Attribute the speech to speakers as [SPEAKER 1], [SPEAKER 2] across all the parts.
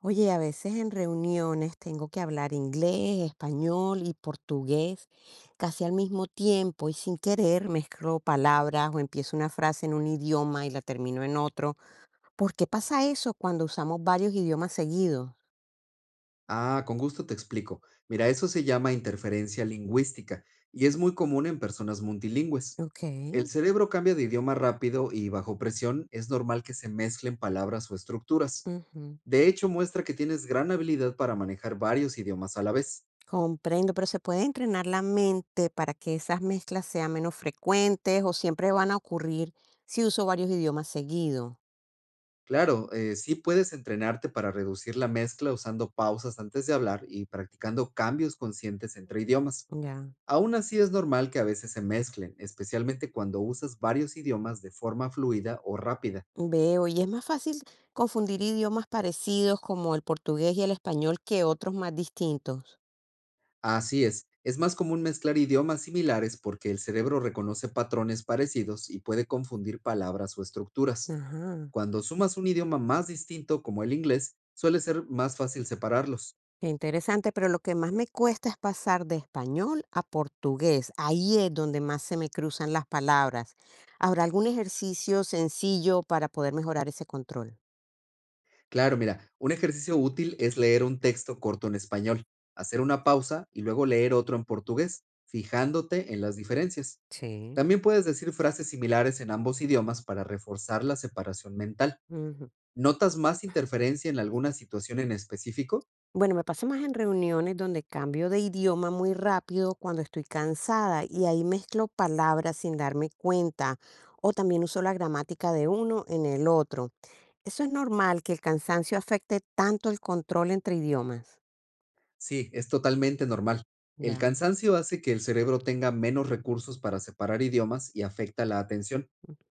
[SPEAKER 1] Oye, a veces en reuniones tengo que hablar inglés, español y portugués casi al mismo tiempo y sin querer mezclo palabras o empiezo una frase en un idioma y la termino en otro. ¿Por qué pasa eso cuando usamos varios idiomas seguidos?
[SPEAKER 2] Ah, con gusto te explico. Mira, eso se llama interferencia lingüística y es muy común en personas multilingües.
[SPEAKER 1] Ok,
[SPEAKER 2] El cerebro cambia de idioma rápido y bajo presión es normal que se mezclen palabras o estructuras.
[SPEAKER 1] ujú,
[SPEAKER 2] De hecho, muestra que tienes gran habilidad para manejar varios idiomas a la vez.
[SPEAKER 1] comprendo, pero ¿se puede entrenar la mente para que esas mezclas sean menos frecuentes o siempre van a ocurrir si uso varios idiomas seguidos?
[SPEAKER 2] Claro, sí puedes entrenarte para reducir la mezcla usando pausas antes de hablar y practicando cambios conscientes entre idiomas.
[SPEAKER 1] Ya.
[SPEAKER 2] Aún así es normal que a veces se mezclen, especialmente cuando usas varios idiomas de forma fluida o rápida.
[SPEAKER 1] Veo, y es más fácil confundir idiomas parecidos como el portugués y el español que otros más distintos.
[SPEAKER 2] Así es más común mezclar idiomas similares porque el cerebro reconoce patrones parecidos y puede confundir palabras o estructuras.
[SPEAKER 1] Ajá.
[SPEAKER 2] Cuando sumas un idioma más distinto como el inglés, suele ser más fácil separarlos.
[SPEAKER 1] Qué interesante, pero lo que más me cuesta es pasar de español a portugués. Ahí es donde más se me cruzan las palabras. ¿Habrá algún ejercicio sencillo para poder mejorar ese control?
[SPEAKER 2] Claro, mira, un ejercicio útil es leer un texto corto en español, hacer una pausa y luego leer otro en portugués, fijándote en las diferencias.
[SPEAKER 1] Sí.
[SPEAKER 2] También puedes decir frases similares en ambos idiomas para reforzar la separación mental. ¿Notas más interferencia en alguna situación en específico?
[SPEAKER 1] Bueno, me pasa más en reuniones donde cambio de idioma muy rápido cuando estoy cansada y ahí mezclo palabras sin darme cuenta o también uso la gramática de uno en el otro. Eso es normal que el cansancio afecte tanto el control entre idiomas.
[SPEAKER 2] Sí, es totalmente normal. El
[SPEAKER 1] Ya.
[SPEAKER 2] cansancio hace que el cerebro tenga menos recursos para separar idiomas y afecta la atención.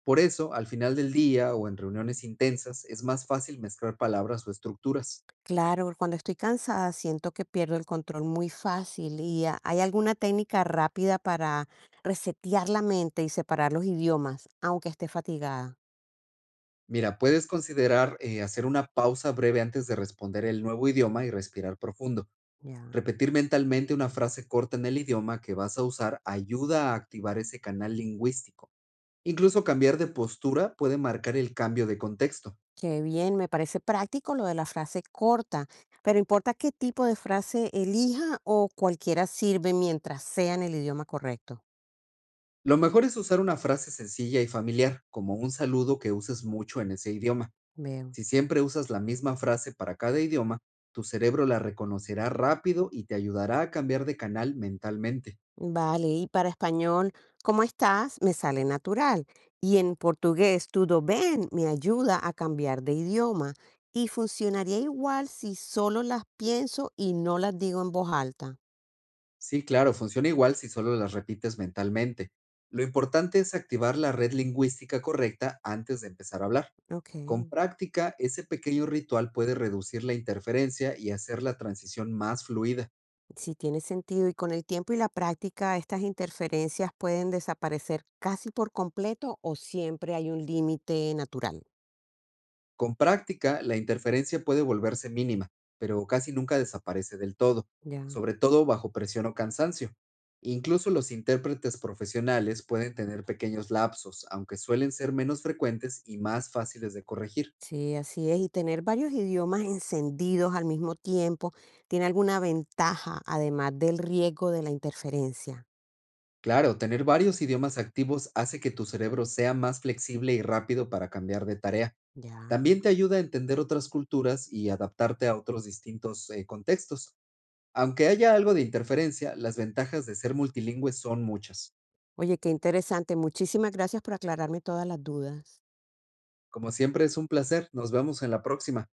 [SPEAKER 2] Por eso, al final del día o en reuniones intensas, es más fácil mezclar palabras o estructuras.
[SPEAKER 1] Claro, cuando estoy cansada siento que pierdo el control muy fácil y hay alguna técnica rápida para resetear la mente y separar los idiomas, aunque esté fatigada.
[SPEAKER 2] Mira, puedes considerar hacer una pausa breve antes de responder el nuevo idioma y respirar profundo.
[SPEAKER 1] Ya.
[SPEAKER 2] Repetir mentalmente una frase corta en el idioma que vas a usar ayuda a activar ese canal lingüístico. Incluso cambiar de postura puede marcar el cambio de contexto.
[SPEAKER 1] Qué bien, me parece práctico lo de la frase corta, pero importa qué tipo de frase elija o cualquiera sirve mientras sea en el idioma correcto.
[SPEAKER 2] Lo mejor es usar una frase sencilla y familiar, como un saludo que uses mucho en ese idioma.
[SPEAKER 1] Veo.
[SPEAKER 2] Si siempre usas la misma frase para cada idioma, tu cerebro la reconocerá rápido y te ayudará a cambiar de canal mentalmente.
[SPEAKER 1] Vale, y para español, ¿cómo estás? Me sale natural. Y en portugués, tudo bem, me ayuda a cambiar de idioma. Y funcionaría igual si solo las pienso y no las digo en voz alta.
[SPEAKER 2] Sí, claro, funciona igual si solo las repites mentalmente. Lo importante es activar la red lingüística correcta antes de empezar a hablar.
[SPEAKER 1] Ok.
[SPEAKER 2] Con práctica, ese pequeño ritual puede reducir la interferencia y hacer la transición más fluida.
[SPEAKER 1] Si tiene sentido. Y con el tiempo y la práctica, estas interferencias pueden desaparecer casi por completo o siempre hay un límite natural.
[SPEAKER 2] Con práctica, la interferencia puede volverse mínima, pero casi nunca desaparece del todo,
[SPEAKER 1] Ya,
[SPEAKER 2] sobre todo bajo presión o cansancio. Incluso los intérpretes profesionales pueden tener pequeños lapsos, aunque suelen ser menos frecuentes y más fáciles de corregir.
[SPEAKER 1] sí, así es. Y tener varios idiomas encendidos al mismo tiempo tiene alguna ventaja, además del riesgo de la interferencia.
[SPEAKER 2] Claro, tener varios idiomas activos hace que tu cerebro sea más flexible y rápido para cambiar de tarea. También
[SPEAKER 1] Ya.
[SPEAKER 2] te ayuda a entender otras culturas y adaptarte a otros distintos contextos. Aunque haya algo de interferencia, las ventajas de ser multilingüe son muchas.
[SPEAKER 1] Oye, qué interesante. Muchísimas gracias por aclararme todas las dudas.
[SPEAKER 2] Como siempre es un placer, nos vemos en la próxima.